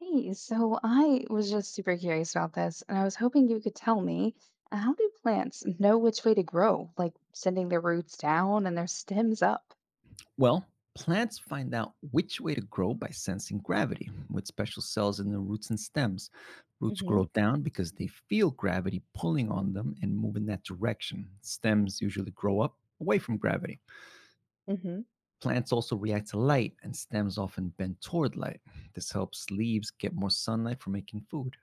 Hey, so I was just super curious about this, and I was hoping you could tell me how do plants know which way to grow, like sending their roots down and their stems up? Well, plants find out which way to grow by sensing gravity with special cells in the roots and stems. Roots Hmm. grow down because they feel gravity pulling on them and move in that direction. Stems usually grow up away from gravity. Hmm. Plants also react to light, and stems often bend toward light. This helps leaves get more sunlight for making food.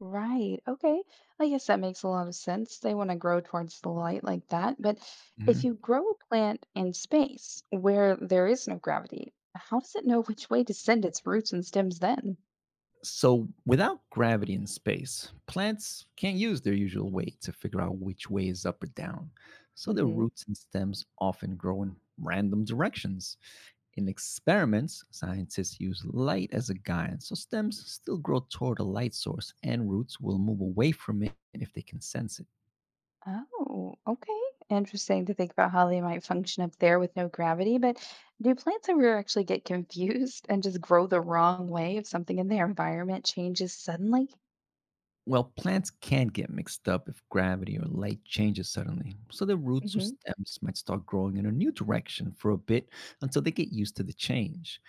Right. Okay. I guess that makes a lot of sense. They want to grow towards the light like that. But if Mhm. you grow a plant in space where there is no gravity, how does it know which way to send its roots and stems then? So, without gravity in space, plants can't use their usual weight to figure out which way is up or down. So, their roots and stems often grow in random directions. In experiments, scientists use light as a guide, so stems still grow toward a light source and roots will move away from it if they can sense it. Oh, okay. Interesting to think about how they might function up there with no gravity. But do plants ever actually get confused and just grow the wrong way if something in their environment changes suddenly? Well, plants can get mixed up if gravity or light changes suddenly, so their roots or hmm stems might start growing in a new direction for a bit until they get used to the change.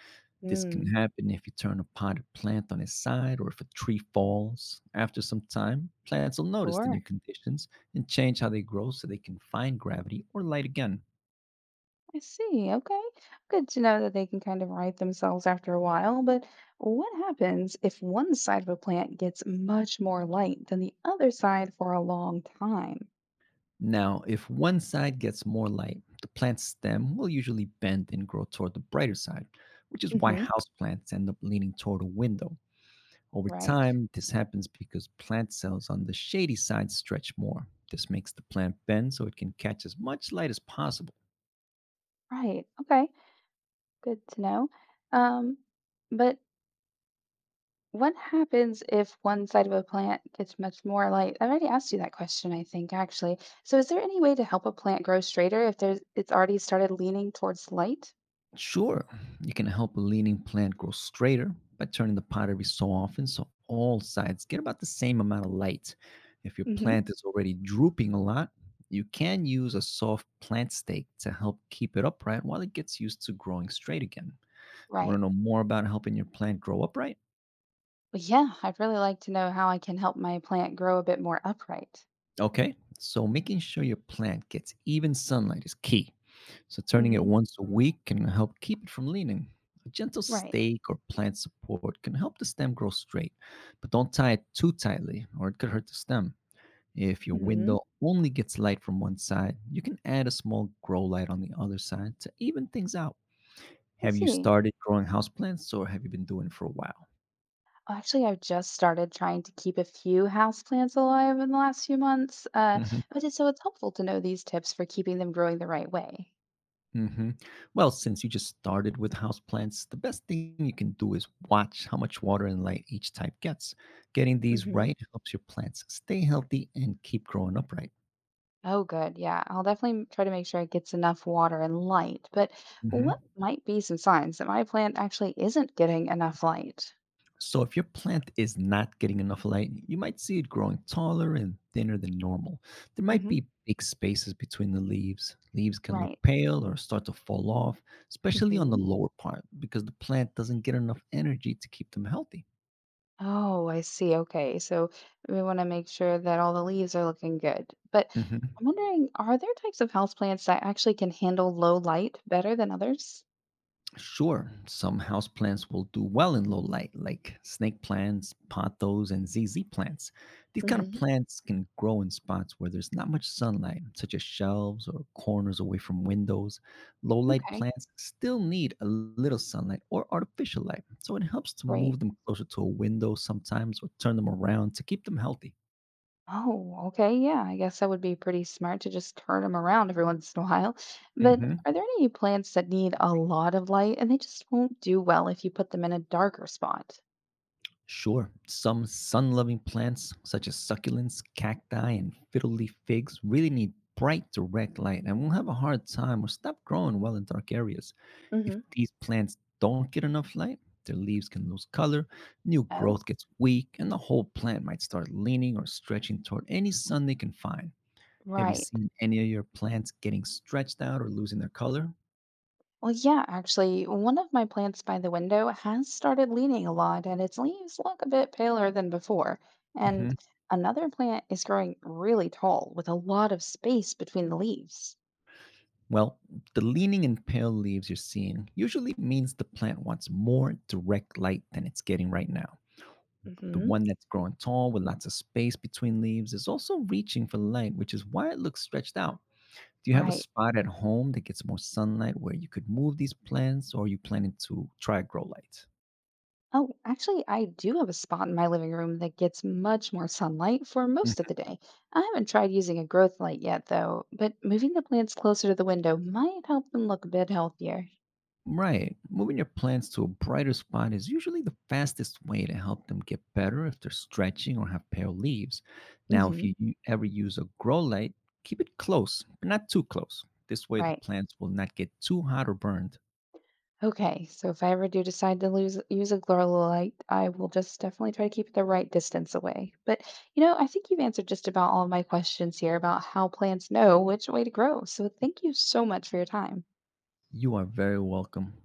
This can Mm, happen if you turn a potted plant on its side or if a tree falls. After some time, plants will notice the new sure. conditions and change how they grow so they can find gravity or light again. I see. Okay. Good to know that they can kind of right themselves after a while. But what happens if one side of a plant gets much more light than the other side for a long time? Now, if one side gets more light, the plant's stem will usually bend and grow toward the brighter side, which is why Hmm. houseplants end up leaning toward a window. Over Right. time, this happens because plant cells on the shady side stretch more. This makes the plant bend so it can catch as much light as possible. Right. Okay. Good to know. Um, but What happens if one side of a plant gets much more light? I've already asked you that question, I think, actually. So is there any way to help a plant grow straighter if there's it's already started leaning towards light? Sure, you can help a leaning plant grow straighter by turning the pot every so often so all sides get about the same amount of light. If your Hmm. plant is already drooping a lot, you can use a soft plant stake to help keep it upright while it gets used to growing straight again. Do you want Right. to know more about helping your plant grow upright? Well, yeah, I'd really like to know how I can help my plant grow a bit more upright. Okay, so making sure your plant gets even sunlight is key. So turning it Hmm. once a week can help keep it from leaning. A gentle Right. stake or plant support can help the stem grow straight, but don't tie it too tightly or it could hurt the stem. If your Hmm. window only gets light from one side, you can add a small grow light on the other side to even things out. I Have you see. started growing houseplants or have you been doing it for a while? Oh, actually, I've just started trying to keep a few houseplants alive in the last few months, Mhm. but it's helpful to know these tips for keeping them growing the right way. Hmm. Well, since you just started with houseplants, the best thing you can do is watch how much water and light each type gets. Getting these Hmm. right helps your plants stay healthy and keep growing upright. Oh, good. Yeah, I'll definitely try to make sure it gets enough water and light. But Hmm. what might be some signs that my plant actually isn't getting enough light? So, if your plant is not getting enough light, you might see it growing taller and thinner than normal. There might Hmm. be big spaces between the leaves. Leaves can look Right. pale or start to fall off, especially on the Hmm. lower part, because the plant doesn't get enough energy to keep them healthy. Oh, I see. Okay. So we want to make sure that all the leaves are looking good. But Mhm. I'm wondering, are there types of houseplants that actually can handle low light better than others? Sure, some house plants will do well in low light, like snake plants, pothos, and ZZ plants. These kind of Hmm. plants can grow in spots where there's not much sunlight, such as shelves or corners away from windows. Low light Okay, plants still need a little sunlight or artificial light, so it helps to great. move them closer to a window sometimes or turn them around to keep them healthy. Oh, okay. Yeah, I guess that would be pretty smart to just turn them around every once in a while. But Hmm. are there any plants that need a lot of light and they just won't do well if you put them in a darker spot? Sure, some sun loving plants such as succulents, cacti, and fiddle leaf figs really need bright direct light and will have a hard time or stop growing well in dark areas. If Hmm. these plants don't get enough light, their leaves can lose color, new Oh, growth gets weak, and the whole plant might start leaning or stretching toward any sun they can find. Have you right. seen any of your plants getting stretched out or losing their color? Well, yeah, actually, one of my plants by the window has started leaning a lot and its leaves look a bit paler than before. Mm-hmm. And another plant is growing really tall with a lot of space between the leaves. Well, the leaning and pale leaves you're seeing usually means the plant wants more direct light than it's getting right now. The Hmm. one that's growing tall with lots of space between leaves is also reaching for light, which is why it looks stretched out. Do you have a Right. spot at home that gets more sunlight where you could move these plants or are you planning to try grow lights? Oh, actually, I do have a spot in my living room that gets much more sunlight for most of the day. I haven't tried using a growth light yet, though, but moving the plants closer to the window might help them look a bit healthier. Right. Moving your plants to a brighter spot is usually the fastest way to help them get better if they're stretching or have pale leaves. Now, if Hmm. you ever use a grow light, keep it close, but not too close. This way, the Right. plants will not get too hot or burned. Okay, so if I ever do decide to use a grow light, I will just definitely try to keep it the right distance away. But, you know, I think you've answered just about all of my questions here about how plants know which way to grow. So thank you so much for your time. You are very welcome.